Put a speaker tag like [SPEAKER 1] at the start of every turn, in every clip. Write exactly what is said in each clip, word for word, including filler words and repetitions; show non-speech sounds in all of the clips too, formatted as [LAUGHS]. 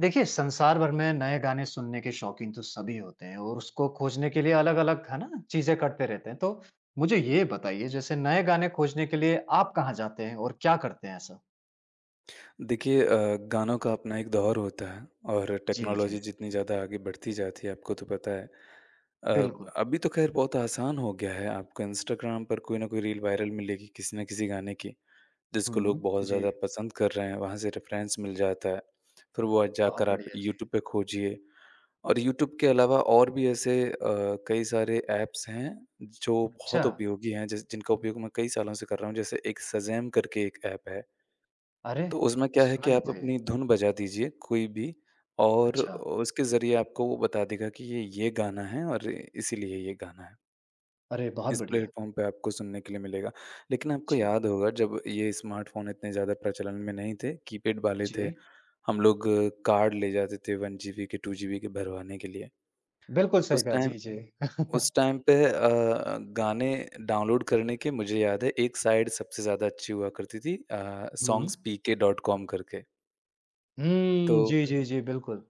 [SPEAKER 1] देखिए, संसार भर में नए गाने सुनने के शौकीन तो सभी होते हैं और उसको खोजने के लिए अलग-अलग, है ना, चीज़ें करते रहते हैं। तो मुझे ये बताइए जैसे नए गाने खोजने के लिए आप कहाँ जाते हैं और क्या करते हैं ऐसा?
[SPEAKER 2] देखिए अ, गानों का अपना एक दौर होता है और
[SPEAKER 1] जी, जी।
[SPEAKER 2] टेक्नोलॉजी जितनी ज़्यादा आगे बढ़ती जाती है आपको तो पता है। अ,
[SPEAKER 1] बिल्कुल।
[SPEAKER 2] अभी तो खैर बहुत आसान हो गया है, आपको इंस्टाग्राम पर कोई ना कोई रील वायरल मिलेगी किसी ना किसी गाने की जिसको
[SPEAKER 1] हुँ,
[SPEAKER 2] लोग बहुत
[SPEAKER 1] जी।
[SPEAKER 2] ज़्यादा पसंद कर रहे हैं, वहाँ से रेफरेंस मिल जाता है। फिर वो
[SPEAKER 1] बहुत
[SPEAKER 2] जाकर आप
[SPEAKER 1] बढ़िया, जी।
[SPEAKER 2] यूट्यूब पे खोजिए। और यूट्यूब के अलावा और भी ऐसे अ, कई सारे ऐप्स हैं जो
[SPEAKER 1] अच्छा!
[SPEAKER 2] बहुत उपयोगी हैं, जिस जिनका उपयोग मैं कई सालों से कर रहा हूँ। जैसे एक सजैम करके एक ऐप है,
[SPEAKER 1] अरे!
[SPEAKER 2] तो उसमें क्या है
[SPEAKER 1] सुना
[SPEAKER 2] कि
[SPEAKER 1] नहीं
[SPEAKER 2] आप
[SPEAKER 1] था ये।
[SPEAKER 2] अपनी धुन बजा दीजिए कोई भी और
[SPEAKER 1] अच्छा।
[SPEAKER 2] उसके ज़रिए आपको वो बता देगा कि ये ये गाना है और इसीलिए ये गाना है।
[SPEAKER 1] अरे, बहुत
[SPEAKER 2] इस
[SPEAKER 1] बढ़िया।
[SPEAKER 2] प्लेटफ़ॉर्म पे आपको सुनने के लिए मिलेगा। लेकिन आपको
[SPEAKER 1] जी,
[SPEAKER 2] याद होगा जब ये स्मार्टफ़ोन इतने ज़्यादा प्रचलन में नहीं थे, कीपैड वाले थे।
[SPEAKER 1] जी।
[SPEAKER 2] हम लोग कार्ड ले जाते थे एक जीबी के दो जीबी के भरवाने के लिए।
[SPEAKER 1] बिल्कुल सही
[SPEAKER 2] उस
[SPEAKER 1] कहा। जी,
[SPEAKER 2] टाइम
[SPEAKER 1] जी। [LAUGHS]
[SPEAKER 2] उस टाइम पे अ, गाने डाउनलोड करने के मुझे याद है, एक साइट सबसे ज़्यादा अच्छी हुआ करती थी, अ,
[SPEAKER 1] हुँ।
[SPEAKER 2] सॉन्ग्स पीके डॉट कॉम करके। तो
[SPEAKER 1] हुँ, जी, जी, जी, बिल्कुल।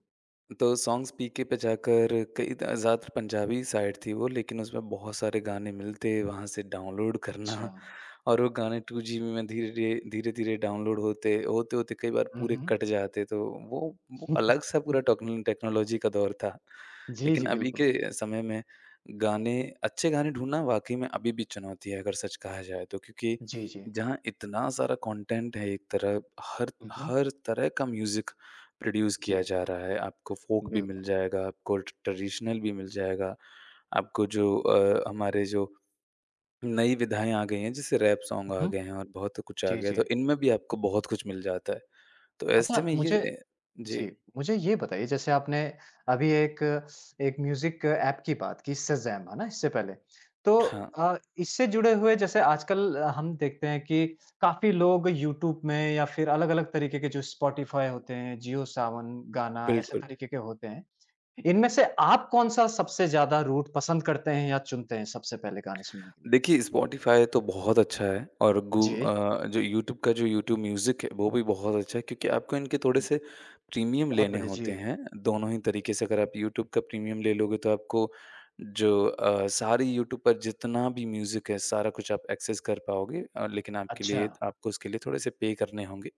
[SPEAKER 2] तो सॉन्ग्स पीके पे जाकर कई दा ज़्यादातर पंजाबी साइड थी वो, लेकिन उसमें बहुत सारे गाने मिलते, वहाँ से डाउनलोड
[SPEAKER 1] अच्छा।
[SPEAKER 2] करना। [LAUGHS] और वो गाने दो जीबी में धीरे-धीरे धीरे-धीरे डाउनलोड होते, होते-होते कई बार
[SPEAKER 1] हुँ,
[SPEAKER 2] पूरे
[SPEAKER 1] हुँ।
[SPEAKER 2] कट जाते, तो वो वो
[SPEAKER 1] [LAUGHS]
[SPEAKER 2] अलग-सा पूरा टेक्नो टेक्नोलॉजी का दौर था।
[SPEAKER 1] जी,
[SPEAKER 2] लेकिन
[SPEAKER 1] जी,
[SPEAKER 2] अभी
[SPEAKER 1] बिल्कुल।
[SPEAKER 2] के समय में गाने, अच्छे गाने ढूँढना वाक़ई में अभी भी चुनौती है, अगर सच कहा जाए तो, क्योंकि
[SPEAKER 1] जी, जी।
[SPEAKER 2] जहाँ इतना सारा कंटेंट है, एक तरह हर
[SPEAKER 1] हुँ, हुँ।
[SPEAKER 2] हर तरह का म्यूज़िक प्रोड्यूस
[SPEAKER 1] जी।
[SPEAKER 2] किया जा रहा है। आपको फ़ोक भी मिल
[SPEAKER 1] बिल्कुल।
[SPEAKER 2] जाएगा, आपको ट्रेडिशनल भी मिल जाएगा, आपको जो अ, हमारे जो नई विधाएँ आ गई हैं, जैसे रैप सॉन्ग आ
[SPEAKER 1] हुँ।
[SPEAKER 2] गए हैं और बहुत कुछ आ
[SPEAKER 1] जी,
[SPEAKER 2] गया है,
[SPEAKER 1] जी।
[SPEAKER 2] तो इनमें भी आपको बहुत कुछ मिल जाता है। तो ऐसे
[SPEAKER 1] अच्छा
[SPEAKER 2] में ये
[SPEAKER 1] मुझे
[SPEAKER 2] अ, जी,
[SPEAKER 1] जी, मुझे ये बताइए जैसे आपने अभी एक एक म्यूज़िक ऐप की बात की, शज़ैम है ना, इससे पहले। तो
[SPEAKER 2] हाँ,
[SPEAKER 1] अ, इससे जुड़े हुए जैसे आजकल अ, हम देखते हैं कि काफ़ी लोग यूट्यूब में या फिर अलग-अलग तरीके के जो स्पॉटिफ़ाई होते हैं, जियो सावन, गाना, ऐसे
[SPEAKER 2] बिल्कुल।
[SPEAKER 1] तरीके के होते हैं। इनमें से आप कौन-सा सबसे ज़्यादा रूट पसंद करते हैं या चुनते हैं सबसे पहले गाने सुनने के लिए?
[SPEAKER 2] देखिए, स्पॉटिफ़ाई तो बहुत अच्छा है और गू
[SPEAKER 1] जी।
[SPEAKER 2] अ, जो यूट्यूब का जो यूट्यूब म्यूज़िक है, वो भी बहुत अच्छा है, क्योंकि आपको इनके थोड़े से प्रीमियम
[SPEAKER 1] बहुत
[SPEAKER 2] लेने
[SPEAKER 1] बढ़िया, जी।
[SPEAKER 2] होते हैं, दोनों ही तरीके से। अगर आप यूट्यूब का प्रीमियम ले लोगे तो आपको जो अ, सारी यूट्यूब पर जितना भी म्यूज़िक है, सारा कुछ आप एक्सेस कर पाओगे। अ, लेकिन आपके
[SPEAKER 1] अच्छा।
[SPEAKER 2] लिए, आपको उसके लिए थोड़े से पे करने होंगे।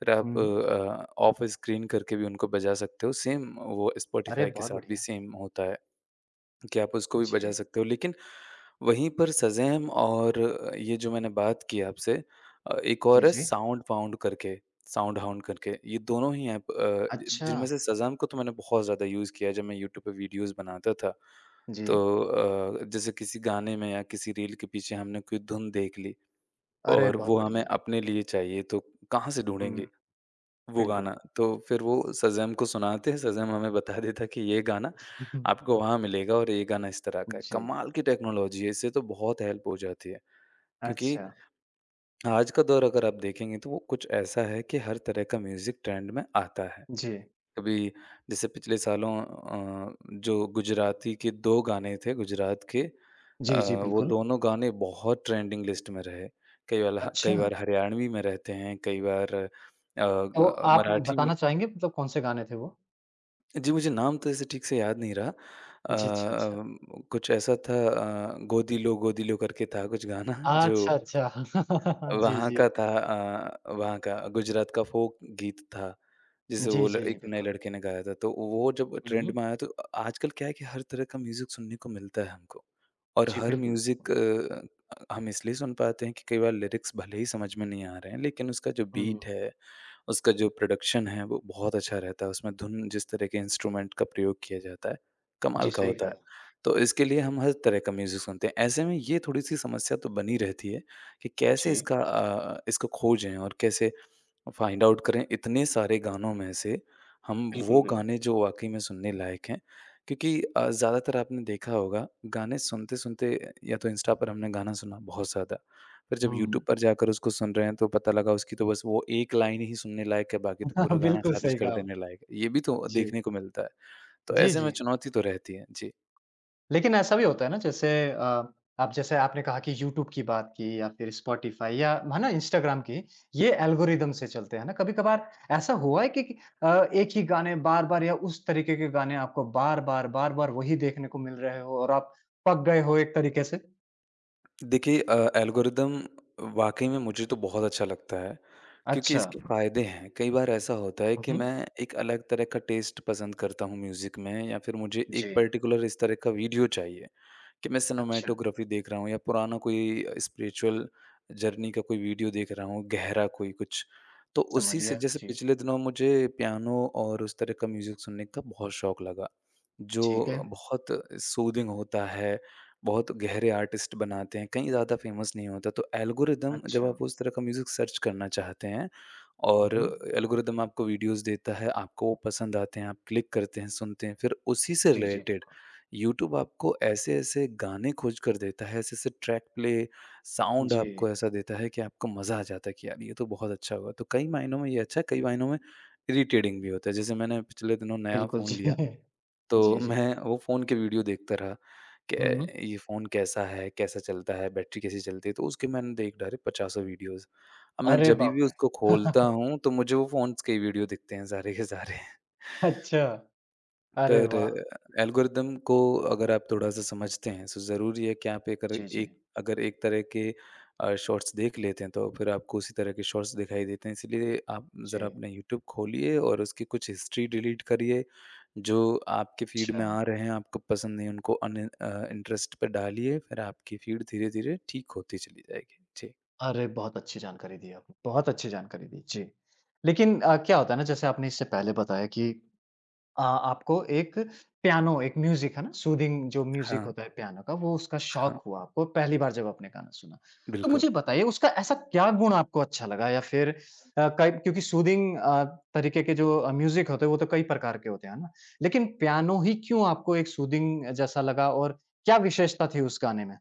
[SPEAKER 2] फिर आप
[SPEAKER 1] हुँ।
[SPEAKER 2] अ, ऑफ स्क्रीन करके भी उनको बजा सकते हो, सेम वो
[SPEAKER 1] अरे
[SPEAKER 2] स्पॉटिफ़ाई के
[SPEAKER 1] बहुत
[SPEAKER 2] साथ भी
[SPEAKER 1] बढ़िया।
[SPEAKER 2] सेम होता है। कि आप उसको भी बचा
[SPEAKER 1] जी।
[SPEAKER 2] सकते हो। लेकिन वहीं पर सज़ैम और ये जो मैंने बात की आपसे, अ, एक
[SPEAKER 1] जी,
[SPEAKER 2] और है
[SPEAKER 1] जी।
[SPEAKER 2] साउंड फाउंड करके, साउंड हाउंड करके, ये दोनों ही ऐप अ, जि
[SPEAKER 1] अच्छा!
[SPEAKER 2] जिनमें से सज़ैम को तो मैंने बहुत ज़्यादा यूज़ किया है जब मैं यूट्यूब पे वीडियोज़ बनाता था। तो
[SPEAKER 1] जी।
[SPEAKER 2] अ, जैसे किसी गाने में या किसी रील के पीछे हमने कोई धुन देख ली
[SPEAKER 1] अरे,
[SPEAKER 2] और
[SPEAKER 1] बहुत
[SPEAKER 2] वो हमें
[SPEAKER 1] बढ़िया।
[SPEAKER 2] अपने लिए चाहिए, तो कहाँ से
[SPEAKER 1] हुँ,
[SPEAKER 2] ढूँढेंगे? वो
[SPEAKER 1] बिल्कुल।
[SPEAKER 2] गाना, तो फिर वो सज़ेम को सुनाते, सज़ेम हमें बता देता कि ये गाना
[SPEAKER 1] [LAUGHS]
[SPEAKER 2] आपको वहाँ मिलेगा और ये गाना इस तरह का है।
[SPEAKER 1] जी,
[SPEAKER 2] कमाल की टेक्नोलॉज़ी है, इससे तो बहुत हेल्प हो जाती है, क्योंकि
[SPEAKER 1] अच्छा।
[SPEAKER 2] आज का दौर अगर आप देखेंगे तो वो कुछ ऐसा है कि हर तरह का म्यूज़िक ट्रेंड में आता है।
[SPEAKER 1] जी।
[SPEAKER 2] कभी जैसे पिछले सालों अ, जो गुजराती के दो गाने थे गुजरात के,
[SPEAKER 1] जी,
[SPEAKER 2] अ,
[SPEAKER 1] जी,
[SPEAKER 2] वो
[SPEAKER 1] बिल्कुल।
[SPEAKER 2] दोनों गाने बहुत ट्रेंडिंग लिस्ट में रहे। कई वाला
[SPEAKER 1] अच्छा,
[SPEAKER 2] कई बार हरियाणवी में रहते हैं, कई बार अ
[SPEAKER 1] तो
[SPEAKER 2] अ,
[SPEAKER 1] आप
[SPEAKER 2] मराठी
[SPEAKER 1] बताना
[SPEAKER 2] में-
[SPEAKER 1] चाहेंगे मतलब कौन-से गाने थे वो?
[SPEAKER 2] जी, मुझे नाम तो ऐसे ठीक से याद नहीं रहा। अ,
[SPEAKER 1] जी, अच्छा, अच्छा।
[SPEAKER 2] अम, कुछ ऐसा था, अ, गोदी लो गोदी लो करके था कुछ गाना [LAUGHS] जो
[SPEAKER 1] अच्छा, अच्छा। [LAUGHS] जी,
[SPEAKER 2] वहाँ
[SPEAKER 1] जी।
[SPEAKER 2] का था, अ, वहाँ का गुजरात का फ़ोक गीत था, जिसे
[SPEAKER 1] जी,
[SPEAKER 2] वो ल
[SPEAKER 1] जी, जी,
[SPEAKER 2] एक नए
[SPEAKER 1] बिल्कुल।
[SPEAKER 2] लड़के ने गाया था। तो वो जब ट्रेंड
[SPEAKER 1] हुँ।
[SPEAKER 2] में आया तो आजकल क्या है कि हर तरह का म्यूज़िक सुनने को मिलता है हमको। और
[SPEAKER 1] जी,
[SPEAKER 2] हर
[SPEAKER 1] बिल्कुल,
[SPEAKER 2] म्यूज़िक
[SPEAKER 1] बिल्कुल।
[SPEAKER 2] अ, हम इसलिए सुन पाते हैं कि कई बार लिरिक्स भले ही समझ में नहीं आ रहे हैं, लेकिन उसका जो बीट
[SPEAKER 1] हुँ,
[SPEAKER 2] है, उसका जो प्रोडक्शन है, वो बहुत अच्छा रहता है। उसमें धुन जिस तरह के इंस्ट्रूमेंट का प्रयोग किया जाता है, कमाल
[SPEAKER 1] जी,
[SPEAKER 2] का
[SPEAKER 1] सही
[SPEAKER 2] होता है।
[SPEAKER 1] कहा।
[SPEAKER 2] तो इसके लिए हम हर तरह का म्यूज़िक सुनते हैं। ऐसे में ये थोड़ी-सी समस्या तो बनी रहती है कि कैसे
[SPEAKER 1] जी,
[SPEAKER 2] इसका अ, इसको खोजें और कैसे फाइंड आउट करें इतने सारे गानों में से हम
[SPEAKER 1] बिल्कुल,
[SPEAKER 2] वो
[SPEAKER 1] बिल्कुल।
[SPEAKER 2] गाने जो वाक़ई में सुनने लायक हैं, क्योंकि अ, ज़्यादातर आपने देखा होगा गाने सुनते-सुनते या तो इंस्टा पर हमने गाना सुना बहुत ज़्यादा, फिर जब
[SPEAKER 1] हुँ।
[SPEAKER 2] यूट्यूब पर जाकर उसको सुन रहे हैं तो पता लगा उसकी तो बस वो एक लाइन ही सुनने लायक है, बाकी तो पूरा
[SPEAKER 1] [LAUGHS]
[SPEAKER 2] गाना
[SPEAKER 1] बिल्कुल
[SPEAKER 2] खारिज
[SPEAKER 1] सही
[SPEAKER 2] कर
[SPEAKER 1] कहा आप।
[SPEAKER 2] देने लायक है। ये भी तो
[SPEAKER 1] जी।
[SPEAKER 2] देखने को मिलता है, तो
[SPEAKER 1] जी,
[SPEAKER 2] ऐसे में
[SPEAKER 1] जी।
[SPEAKER 2] चुनौती तो रहती है। जी।
[SPEAKER 1] लेकिन ऐसा भी होता है ना, जैसे अ, आप जैसे आपने कहा कि यूट्यूब की बात की या फिर स्पॉटिफाई या है ना इंस्टाग्राम की, ये एल्गोरिदम से चलते हैं ना। कभी कभार ऐसा हुआ है कि कि, अ, एक ही गाने बार बार या उस तरीके के गाने आपको बार बार बार बार वही देखने को मिल रहे हो और आप पक गए हो एक तरीके से।
[SPEAKER 2] देखिए अ, एल्गोरिदम वाक़ई में मुझे तो बहुत अच्छा लगता है, क्योंकि
[SPEAKER 1] अच्छा।
[SPEAKER 2] इसके फ़ायदे हैं। कई बार ऐसा होता है कि
[SPEAKER 1] हम्म।
[SPEAKER 2] मैं एक अलग तरह का टेस्ट पसंद करता हूँ म्यूज़िक में, या फिर मुझे
[SPEAKER 1] जी।
[SPEAKER 2] एक पर्टिकुलर इस तरह का वीडियो चाहिए। कि मैं
[SPEAKER 1] अच्छा।
[SPEAKER 2] सिनेमैटोग्राफी देख रहा हूँ या पुराना कोई स्पिरिचुअल जर्नी का कोई वीडियो देख रहा हूँ, गहरा कोई कुछ। तो
[SPEAKER 1] समझ
[SPEAKER 2] उसी से
[SPEAKER 1] गया
[SPEAKER 2] जैसे
[SPEAKER 1] जी।
[SPEAKER 2] पिछले दिनों मुझे पियानो और उस तरह का म्यूज़िक सुनने का बहुत शौक लगा,
[SPEAKER 1] ठीक है।
[SPEAKER 2] जो बहुत सूदिंग होता है, बहुत गहरे आर्टिस्ट बनाते हैं, कहीं ज़्यादा फ़ेमस नहीं होता। तो एल्गोरिदम जब
[SPEAKER 1] अच्छा।
[SPEAKER 2] आप उस तरह का म्यूज़िक सर्च करना चाहते हैं और
[SPEAKER 1] हम्म।
[SPEAKER 2] एल्गोरिदम आपको वीडियोज़ देता है, आपको वो पसंद आते हैं, आप क्लिक करते हैं, सुनते हैं, फिर उसी से
[SPEAKER 1] जी। जी,
[SPEAKER 2] रिलेटेड
[SPEAKER 1] बिल्कुल।
[SPEAKER 2] यूट्यूब आपको ऐसे-ऐसे गाने खोज कर देता है, ऐसे-ऐसे ट्रैक प्ले, साउंड
[SPEAKER 1] जी,
[SPEAKER 2] आपको ऐसा देता है कि आपको मज़ा आ जाता है कि यार ये तो बहुत अच्छा हुआ। तो कई मायनों में ये अच्छा है, कई मायनों में इरिटेटिंग भी होता है। जैसे मैंने पिछले दिनों नया
[SPEAKER 1] बिल्कुल। जी।
[SPEAKER 2] फ़ोन
[SPEAKER 1] [LAUGHS]
[SPEAKER 2] लिया, तो
[SPEAKER 1] जी, जी।
[SPEAKER 2] मैं वो फ़ोन के वीडियो देखता रहा कि
[SPEAKER 1] हम्म।
[SPEAKER 2] ये फ़ोन कैसा है, कैसा चलता है, बैटरी कैसी चलती है, तो उसके मैंने देख डाले पचासों वीडियोज़। अब मैं
[SPEAKER 1] अरे
[SPEAKER 2] जभी
[SPEAKER 1] बाप
[SPEAKER 2] भी
[SPEAKER 1] रे।
[SPEAKER 2] उसको खोलता
[SPEAKER 1] [LAUGHS]
[SPEAKER 2] हूँ, तो मुझे वो फ़ोन्स के ही वीडियो दिखते हैं सारे के सारे।
[SPEAKER 1] अच्छा। अरे
[SPEAKER 2] पर
[SPEAKER 1] वाह!
[SPEAKER 2] एल्गोरिदम को अगर आप थोड़ा-सा समझते हैं, तो ज़रूरी है कि आप एक अर
[SPEAKER 1] जी, जी।
[SPEAKER 2] एक अगर एक तरह के अ, शॉर्ट्स देख लेते हैं, तो फिर आपको उसी तरह के शॉर्ट्स दिखाई देते हैं। इसलिए आप ज़रा
[SPEAKER 1] जी,
[SPEAKER 2] अपना यूट्यूब खोलिए और उसकी कुछ हिस्ट्री डिलीट करिए, जो आपके फ़ीड
[SPEAKER 1] अच्छा।
[SPEAKER 2] में आ रहे हैं, आपको पसंद नहीं, उनको अन अ, इंटरेस्ट पे डालिए, फिर आपकी फ़ीड धीरे-धीरे ठीक होती चली जाएगी। जी।
[SPEAKER 1] अरे! बहुत अच्छी जानकारी दी आपने, बहुत अच्छी जानकारी दी। जी। लेकिन अ, क्या होता है ना, जैसे आपने इससे पहले बताया कि अ, आपको एक पियानो, एक म्यूज़िक है ना, सूदिंग जो म्यूज़िक
[SPEAKER 2] हाँ,
[SPEAKER 1] होता है पियानो का, वो उसका
[SPEAKER 2] हाँ,
[SPEAKER 1] शौक हुआ आपको पहली बार जब आपने गाना सुना। तो
[SPEAKER 2] बिल्कुल।
[SPEAKER 1] मुझे बताइए, उसका ऐसा क्या गुण आपको अच्छा लगा या फिर अ, कई, क्योंकि सूदिंग अ, तरीके के जो अ, म्यूज़िक होते हैं वो तो कई प्रकार के होते हैं, है ना? लेकिन पियानो ही क्यों आपको एक सूदिंग जैसा लगा और क्या विशेषता थी उस गाने में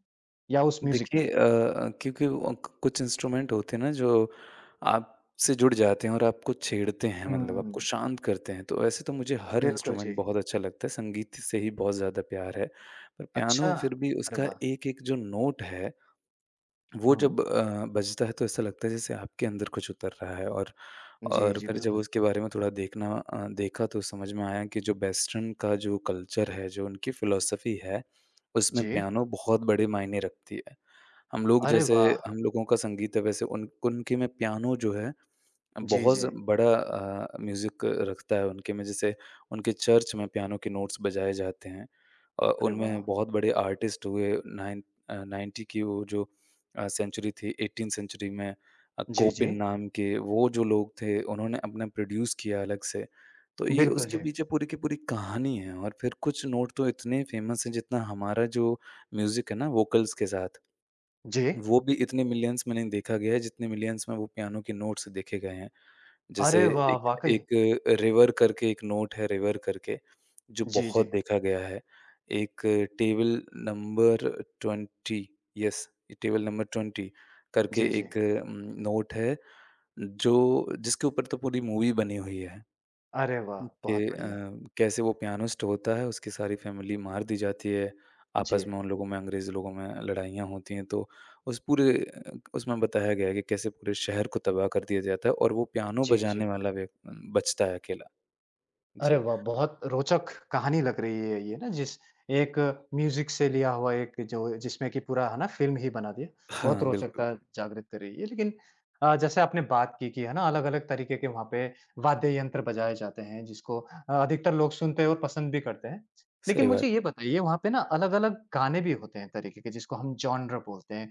[SPEAKER 1] या उस म्यूज़िक में?
[SPEAKER 2] देखिए अ अ, क्योंकि वो क कुछ इंस्ट्रूमेंट होते हैं ना जो आपसे जुड़ जाते हैं और आपको छेड़ते हैं, मतलब आपको
[SPEAKER 1] हुँ,
[SPEAKER 2] शांत करते हैं, तो वैसे तो मुझे हर
[SPEAKER 1] बिल्कुल, जी।
[SPEAKER 2] इंस्ट्रूमेंट बहुत अच्छा लगता है, संगीत से ही बहुत ज़्यादा प्यार है। पर
[SPEAKER 1] अच्छा!
[SPEAKER 2] पियानो फिर भी
[SPEAKER 1] अरे
[SPEAKER 2] उसका
[SPEAKER 1] वाह!
[SPEAKER 2] एक-एक जो नोट है, वो
[SPEAKER 1] हुँ।
[SPEAKER 2] जब अ, बजता है तो ऐसा लगता है जैसे आपके अंदर कुछ उतर रहा है। और
[SPEAKER 1] जी,
[SPEAKER 2] और
[SPEAKER 1] जी,
[SPEAKER 2] फिर जब
[SPEAKER 1] बिल्कुल।
[SPEAKER 2] उसके बारे में थोड़ा देखना अ, देखा तो समझ में आया कि जो वेस्टर्न का जो कल्चर है, जो उनकी फ़िलॉसफ़ी है, उसमें
[SPEAKER 1] जी।
[SPEAKER 2] पियानो बहुत बड़े मायने रखती है। हम लोग
[SPEAKER 1] अरे
[SPEAKER 2] जैसे,
[SPEAKER 1] वाह!
[SPEAKER 2] हम लोगों का संगीत है, वैसे उन उनके में पियानो जो है
[SPEAKER 1] जी,
[SPEAKER 2] बहुत
[SPEAKER 1] जी।
[SPEAKER 2] ज़ बड़ा अ, म्यूज़िक रखता है उनके में। जैसे उनके चर्च में पियानो के नोट्स बजाए जाते हैं। अ,
[SPEAKER 1] अरे वाह!
[SPEAKER 2] उनमें बहुत बड़े आर्टिस्ट हुए। नाइन अ, नाइंटी की वो जो अ, सेंचुरी थी, एटीन सेंचुरी में अ,
[SPEAKER 1] जी,
[SPEAKER 2] कोपिन
[SPEAKER 1] जी।
[SPEAKER 2] नाम के वो जो लोग थे, उन्होंने अपना प्रोड्यूस किया अलग से। तो ये
[SPEAKER 1] बिल्कुल,
[SPEAKER 2] उसके
[SPEAKER 1] जी।
[SPEAKER 2] पीछे पूरी की पूरी कहानी है, और फिर कुछ नोट तो इतने फ़ेमस हैं, जितना हमारा जो म्यूज़िक है ना वोकल्स के साथ,
[SPEAKER 1] जी।
[SPEAKER 2] वो भी इतने मिलियंस में नहीं देखा गया है जितने मिलियंस में वो पियानो के नोट्स देखे गए हैं। जैसे
[SPEAKER 1] अरे वाह!
[SPEAKER 2] एक
[SPEAKER 1] वाक़ई।
[SPEAKER 2] एक रिवर करके एक नोट है रिवर करके, जो
[SPEAKER 1] जी, जी।
[SPEAKER 2] बहुत देखा गया है। एक table number twenty, yes, table number twenty करके
[SPEAKER 1] जी, जी।
[SPEAKER 2] एक उम, नोट है, जो जिसके ऊपर तो पूरी मूवी बनी हुई है।
[SPEAKER 1] अरे वाह!
[SPEAKER 2] के
[SPEAKER 1] बहुत बढ़िया।
[SPEAKER 2] अ, कैसे वो पियानिस्ट होता है, उसकी सारी फैमिली मार दी जाती है। आपस
[SPEAKER 1] जी।
[SPEAKER 2] में उन लोगों में, अंग्रेज़ लोगों में लड़ाइयाँ होती हैं, तो उस पूरे अ, उसमें बताया गया है कि कैसे पूरे शहर को तबाह कर दिया जाता है और वो पियानो
[SPEAKER 1] जी, जी।
[SPEAKER 2] बजाने वाला व्यक बचता है अकेला।
[SPEAKER 1] अरे
[SPEAKER 2] जी।
[SPEAKER 1] वाह! बहुत रोचक कहानी लग रही है ये ना, जिस एक म्यूज़िक से लिया हुआ, एक जो जिसमें कि पूरा है ना, फ़िल्म ही बना दिया। बहुत
[SPEAKER 2] हाँ, बिल्कुल,
[SPEAKER 1] रोचकता जागृत कर रही है। लेकिन अ, जैसे आपने बात की कि है ना, अलग-अलग तरीके के वहाँ पे वाद्य यंत्र बजाए जाते हैं जिसको अ, अधिकतर लोग सुनते हैं और पसंद भी करते हैं। लेकिन
[SPEAKER 2] सही
[SPEAKER 1] मुझे
[SPEAKER 2] बात
[SPEAKER 1] ये
[SPEAKER 2] है।
[SPEAKER 1] बताइए, वहाँ पे ना अलग-अलग गाने भी होते हैं तरीके के, जिसको हम जॉनर बोलते हैं।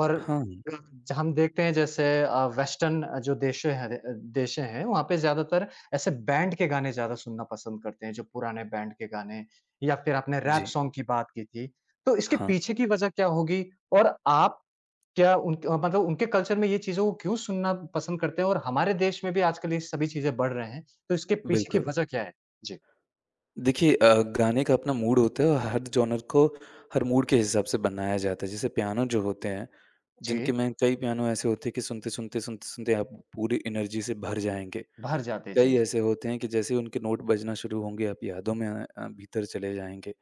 [SPEAKER 1] और
[SPEAKER 2] हाँ,
[SPEAKER 1] अ, हम देखते हैं, जैसे अ, वेस्टर्न जो देशें हैं अ, देशें हैं वहाँ पे ज़्यादातर ऐसे बैंड के गाने ज़्यादा सुनना पसंद करते हैं, जो पुराने बैंड के गाने या फिर आपने रैप
[SPEAKER 2] जी।
[SPEAKER 1] सॉन्ग की बात की थी। तो इसके
[SPEAKER 2] हाँ,
[SPEAKER 1] पीछे की वज़ह क्या होगी? और आप क्या उनक अ, मतलब उनके कल्चर में ये चीज़ों को क्यों सुनना पसंद करते हैं और हमारे देश में भी आजकल ये सभी चीज़ें बढ़ रहे हैं, तो इसके पीछे की
[SPEAKER 2] बिल्कुल।
[SPEAKER 1] वज़ह क्या है? जी।
[SPEAKER 2] देखिए अ, गाने का अपना मूड होता है और हर जॉनर को हर मूड के हिसाब से बनाया जाता है। जैसे पियानो जो होते हैं,
[SPEAKER 1] जी,
[SPEAKER 2] जिनके में कई पियानो ऐसे होते हैं कि सुनते-सुनते, सुनते-सुनते आप पूरी एनर्जी से भर जाएँगे।
[SPEAKER 1] भर जाते। जी,
[SPEAKER 2] कई
[SPEAKER 1] जी।
[SPEAKER 2] ऐसे होते हैं कि जैसे ही उनके नोट बजना शुरू होंगे, आप यादों में अ अ, भीतर चले जाएँगे।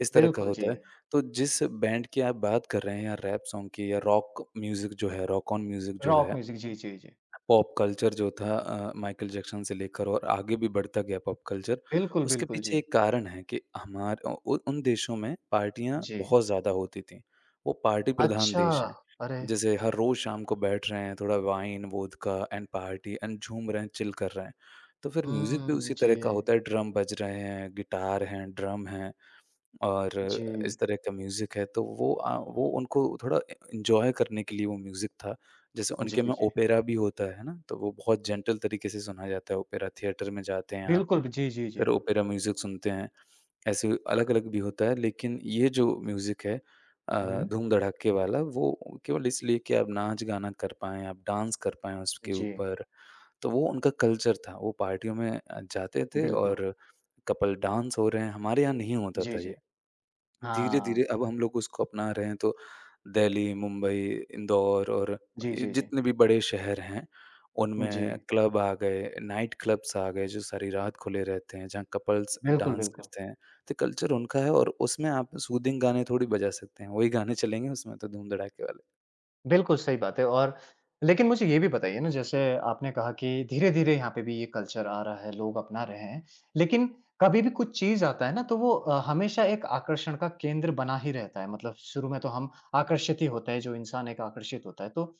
[SPEAKER 2] इस तरह का
[SPEAKER 1] बिल्कुल, जी।
[SPEAKER 2] होता है। तो जिस बैंड की आप बात कर रहे हैं या रैप सॉन्ग की या रॉक म्यूज़िक जो है, रॉक ऑन म्यूज़िक जो
[SPEAKER 1] रॉक
[SPEAKER 2] है
[SPEAKER 1] म्यूज़िक। जी, जी, जी।
[SPEAKER 2] पॉप कल्चर जो था, अ, माइकल जैक्सन से लेकर और आगे भी बढ़ता गया पॉप कल्चर,
[SPEAKER 1] बिल्कुल,
[SPEAKER 2] उसके
[SPEAKER 1] बिल्कुल, जी।
[SPEAKER 2] पीछे एक कारण है कि हमार अ, उ उन देशों में पार्टियाँ
[SPEAKER 1] जी।
[SPEAKER 2] बहुत ज़्यादा होती थीं। वो पार्टी प्रधान
[SPEAKER 1] अच्छा!
[SPEAKER 2] देश हैं।
[SPEAKER 1] अरे!
[SPEAKER 2] जैसे हर रोज़ शाम को बैठ रहे हैं, थोड़ा wine, vodka and party and झूम रहे हैं, चिल कर रहे हैं। तो फिर म्यूज़िक भी
[SPEAKER 1] हुँ,
[SPEAKER 2] उसी
[SPEAKER 1] जी।
[SPEAKER 2] तरह का होता है, ड्रम बज रहे हैं, गिटार हैं, ड्रम हैं। और
[SPEAKER 1] जी।
[SPEAKER 2] इस तरह का म्यूज़िक है तो वो अ, वो उनको थोड़ा ए एन्जॉय करने के लिए वो म्यूज़िक था। जैसे
[SPEAKER 1] जी,
[SPEAKER 2] उनके में
[SPEAKER 1] जी।
[SPEAKER 2] ओपेरा भी होता है ना, तो वो बहुत जेंटल तरीके से सुना जाता है ओपेरा, थिएटर में जाते हैं आप,
[SPEAKER 1] बिल्कुल, जी, जी, जी।
[SPEAKER 2] फिर ओपेरा म्यूज़िक सुनते हैं। ऐसे अलग-अलग भी होता है लेकिन ये जो म्यूज़िक है अ,
[SPEAKER 1] हुँ।
[SPEAKER 2] धूम-धड़ाके वाला वो केवल इसलिए कि आप नाच-गाना कर पाएँ, आप डांस कर पाएँ उसके
[SPEAKER 1] जी।
[SPEAKER 2] ऊपर। तो वो उनका कल्चर था, वो पार्टियों में अ, जाते थे
[SPEAKER 1] बिल्कुल।
[SPEAKER 2] और कपल डांस हो रहे हैं, हमारे यहाँ नहीं होता
[SPEAKER 1] जी,
[SPEAKER 2] था
[SPEAKER 1] जी।
[SPEAKER 2] ये।
[SPEAKER 1] हाँ।
[SPEAKER 2] धीरे-धीरे अब हम लोग उसको अपना रहे हैं, तो दिल्ली, मुंबई, इंदौर और
[SPEAKER 1] जी,
[SPEAKER 2] ये
[SPEAKER 1] जी, जी।
[SPEAKER 2] जितने भी बड़े शहर हैं,
[SPEAKER 1] जी।
[SPEAKER 2] उनमें क्लब आ गए, नाइट क्लब्स आ गए, जो सारी रात खुले रहते हैं, जहाँ कपल्स
[SPEAKER 1] बिल्कुल,
[SPEAKER 2] डांस
[SPEAKER 1] बिल्कुल।
[SPEAKER 2] करते हैं। तो कल्चर उनका है और उसमें आप सूदिंग गाने थोड़ी बजा सकते हैं, वही गाने चलेंगे उसमें तो धूम-धड़ाके वाले।
[SPEAKER 1] बिल्कुल, सही बात है। और लेकिन मुझे ये भी बताइए ना, जैसे आपने कहा कि धीरे-धीरे यहाँ पे भी ये कल्चर आ रहा है, लोग अपना रहे हैं। लेकिन कभी भी कुछ चीज़ आता है ना तो वो अ, हमेशा एक आकर्षण का केंद्र बना ही रहता है। मतलब शुरू में तो हम आकर्षित ही होते हैं, जो इंसान एक आकर्षित होता है। तो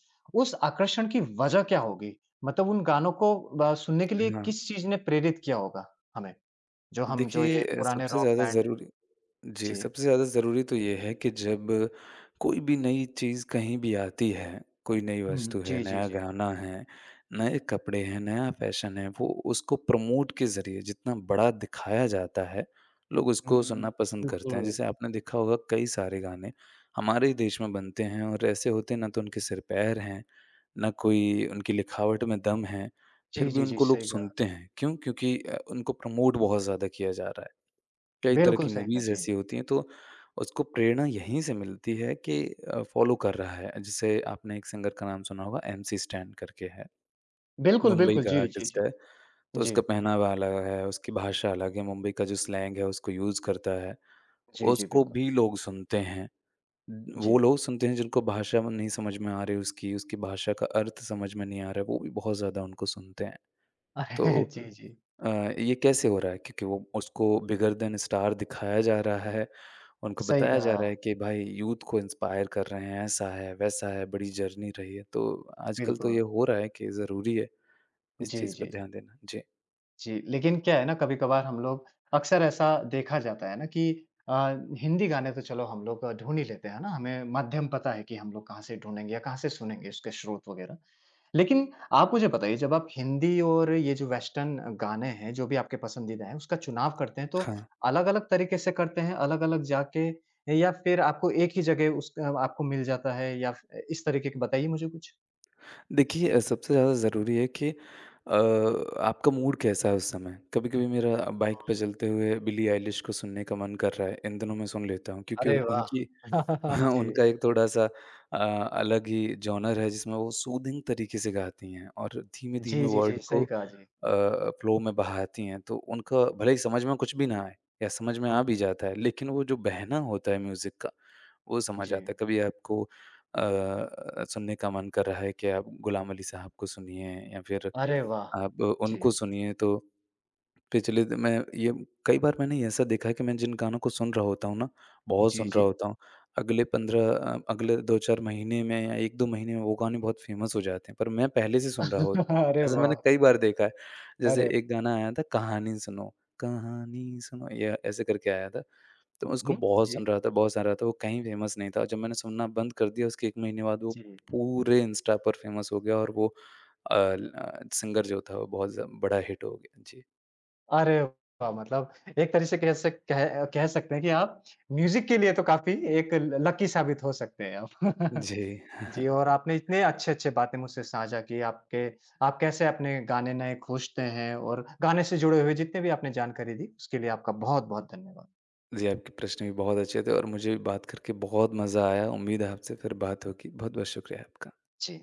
[SPEAKER 1] उस आकर्षण की वजह क्या होगी? मतलब उन गानों को ब सुनने के लिए
[SPEAKER 2] हाँ,
[SPEAKER 1] किस चीज़ ने प्रेरित किया होगा हमें? जो हम, जो
[SPEAKER 2] देखिए
[SPEAKER 1] ये
[SPEAKER 2] अ,
[SPEAKER 1] पुराने
[SPEAKER 2] सबसे
[SPEAKER 1] रॉक
[SPEAKER 2] ज़्यादा
[SPEAKER 1] बैंड।
[SPEAKER 2] ज़रूरी जी,
[SPEAKER 1] जी।
[SPEAKER 2] सबसे ज़्यादा ज़रूरी तो ये है कि जब कोई भी नई चीज़ कहीं भी आती है, कोई नई
[SPEAKER 1] हुँ,
[SPEAKER 2] वस्तु है,
[SPEAKER 1] जी, जी,
[SPEAKER 2] नया
[SPEAKER 1] जी।
[SPEAKER 2] गाना है, नए कपड़े हैं, नया फ़ैशन है, वो उसको प्रमोट के ज़रिए जितना बड़ा दिखाया जाता है, लोग उसको
[SPEAKER 1] हुँ,
[SPEAKER 2] सुनना पसंद करते हैं।
[SPEAKER 1] बिल्कुल।
[SPEAKER 2] जैसे आपने देखा होगा कई सारे गाने हमारे ही देश में बनते हैं और ऐसे होते हैं ना तो उनके सिर पैर हैं, ना कोई उनकी लिखावट में दम है, फिर
[SPEAKER 1] जी,
[SPEAKER 2] भी
[SPEAKER 1] जी, जी,
[SPEAKER 2] उनको लोग
[SPEAKER 1] सही कहा।
[SPEAKER 2] सुनते हैं। क्यों? क्योंकि अ, उनको प्रमोट बहुत ज़्यादा किया जा रहा है। कई तरह
[SPEAKER 1] बिल्कुल
[SPEAKER 2] की
[SPEAKER 1] सही कहा,
[SPEAKER 2] मूवीज़
[SPEAKER 1] जी।
[SPEAKER 2] ऐसी होती हैं तो उसको प्रेरणा यहीं से मिलती है कि अ, फ़ॉलो कर रहा है। जैसे आपने एक सिंगर का नाम सुना होगा एमसी स्टैन करके है,
[SPEAKER 1] बिल्कुल,
[SPEAKER 2] मुंबई
[SPEAKER 1] बिल्कुल,
[SPEAKER 2] का
[SPEAKER 1] जी, जी,
[SPEAKER 2] आर्टिस्ट
[SPEAKER 1] जी।
[SPEAKER 2] है। तो
[SPEAKER 1] जी,
[SPEAKER 2] उसका पहनावा अलग है, उसकी भाषा अलग है, मुंबई का जो स्लैंग है उसको यूज़ करता है।
[SPEAKER 1] जी, जी,
[SPEAKER 2] उसको
[SPEAKER 1] बिल्कुल,
[SPEAKER 2] भी लोग सुनते हैं। वो
[SPEAKER 1] जी।
[SPEAKER 2] लोग सुनते हैं जिनको भाषा में नहीं समझ में आ रही उसकी, उसकी भाषा का अर्थ समझ में नहीं आ रहा है, वो भी बहुत ज़्यादा उनको सुनते हैं।
[SPEAKER 1] [LAUGHS]
[SPEAKER 2] तो
[SPEAKER 1] अरे! जी, जी,
[SPEAKER 2] अ, ये कैसे हो रहा है? क्योंकि वो उसको बिगर देन स्टार दिखाया जा रहा है। उनको
[SPEAKER 1] सही
[SPEAKER 2] बताया जा
[SPEAKER 1] कहा,
[SPEAKER 2] रहा है कि भाई यूथ को इंस्पायर कर रहे हैं, ऐसा है, वैसा है, बड़ी जर्नी रही है। तो आजकल तो
[SPEAKER 1] बिल्कुल।
[SPEAKER 2] ये हो रहा है कि ज़रूरी है इस
[SPEAKER 1] जी,
[SPEAKER 2] चीज़ पर
[SPEAKER 1] जी, जी।
[SPEAKER 2] ध्यान देना। जी,
[SPEAKER 1] जी, लेकिन क्या है ना, कभी-कभार हम लोग अक्सर ऐसा देखा जाता है ना कि अ, हिंदी गाने तो चलो हम लोग ढूँढ ही लेते हैं ना, हमें माध्यम पता है कि हम लोग कहाँ से ढूँढेंगे या कहाँ से सुनेंगे उसके स्रोत वगैरह। लेकिन आप मुझे बताइए, जब आप हिंदी और ये जो वेस्टर्न गाने हैं, जो भी आपके पसंदीदा हैं, उसका चुनाव करते हैं तो
[SPEAKER 2] हाँ।
[SPEAKER 1] अलग-अलग तरीके से करते हैं, अलग-अलग जाके, या फिर आपको एक ही जगह उस अ, आपको मिल जाता है या फ इस तरीके के बताइए मुझे कुछ?
[SPEAKER 2] देखिए अ, सबसे ज़्यादा ज़रूरी है कि अ, आपका मूड कैसा है उस समय। कभी-कभी मेरा बाइक पे चलते हुए बिली आइलिश को सुनने का मन कर रहा है। इन दिनों मैं सुन लेता हूँ क्योंकि
[SPEAKER 1] अरे वाह!
[SPEAKER 2] उनकी
[SPEAKER 1] [LAUGHS]
[SPEAKER 2] [LAUGHS] हाँ,
[SPEAKER 1] जी।
[SPEAKER 2] उनका एक थोड़ा-सा अ, अलग ही जॉनर है जिसमें वो सूदिंग तरीके से गाती हैं और धीमे-धीमे
[SPEAKER 1] जी, जी, जी,
[SPEAKER 2] वर्ड
[SPEAKER 1] सही
[SPEAKER 2] को अ,
[SPEAKER 1] कहा जी।
[SPEAKER 2] फ्लो में बहाती हैं। तो उनका भले ही समझ में कुछ भी ना आए या समझ में
[SPEAKER 1] हुँ,
[SPEAKER 2] आ भी जाता है, लेकिन वो जो बहना होता है म्यूज़िक का, वो समझ
[SPEAKER 1] जी।
[SPEAKER 2] आता है। कभी आपको अ अ, सुनने का मन कर रहा है कि आप गुलाम अली साहब को सुनिए या फिर
[SPEAKER 1] अरे वाह!
[SPEAKER 2] आप
[SPEAKER 1] जी।
[SPEAKER 2] उनको सुनिए तो पिछले द मैं ये कई बार मैंने ऐसा देखा है कि मैं जिन गानों को सुन रहा होता हूँ ना, बहुत
[SPEAKER 1] जी,
[SPEAKER 2] सुन रहा
[SPEAKER 1] जी।
[SPEAKER 2] होता हूँ, अगले पंद्रह अ, अगले दो से चार महीने में या एक से दो महीने में वो गाने बहुत फ़ेमस हो जाते हैं, पर मैं पहले से सुन रहा
[SPEAKER 1] [LAUGHS]
[SPEAKER 2] होता हूँ। [LAUGHS]
[SPEAKER 1] अरे
[SPEAKER 2] ऐसा मैंने
[SPEAKER 1] वाह!
[SPEAKER 2] कई बार देखा है। जैसे
[SPEAKER 1] अरे
[SPEAKER 2] एक गाना आया था कहानी सुनो, कहानी सुनो या ऐसे करके आया था, तो
[SPEAKER 1] हुँ,
[SPEAKER 2] मैं उसको
[SPEAKER 1] हुँ।
[SPEAKER 2] बहुत
[SPEAKER 1] जी,
[SPEAKER 2] सुन रहा था, बहुत सुन रहा था, वो कहीं फ़ेमस नहीं था और जब मैंने सुनना बंद कर दिया उसके एक महीने बाद वो
[SPEAKER 1] जी।
[SPEAKER 2] पूरे इंस्टा पर फ़ेमस हो गया और वो अ, ल सिंगर जो था वो बहुत ज़ बड़ा हिट हो गया। जी।
[SPEAKER 1] अरे वाह! मतलब एक तरह से कह सक कह कह सकते हैं कि आप म्यूज़िक के लिए तो काफ़ी एक ल लकी साबित हो सकते हैं आप।
[SPEAKER 2] जी। [LAUGHS]
[SPEAKER 1] [LAUGHS] जी, और आपने इतने अच्छे-अच्छे बातें मुझसे साझा की, आपके आप कैसे अपने गाने नए खोजते हैं और गाने से जुड़े हुए जितने भी आपने जानकारी दी, उसके लिए आपका बहुत-बहुत धन्यवाद।
[SPEAKER 2] जी, आपके प्रश्न भी बहुत अच्छे थे और मुझे भी बात करके बहुत मज़ा आया। उम्मीद है आपसे फिर बात होगी। बहुत-बहुत शुक्रिया आपका।
[SPEAKER 1] जी।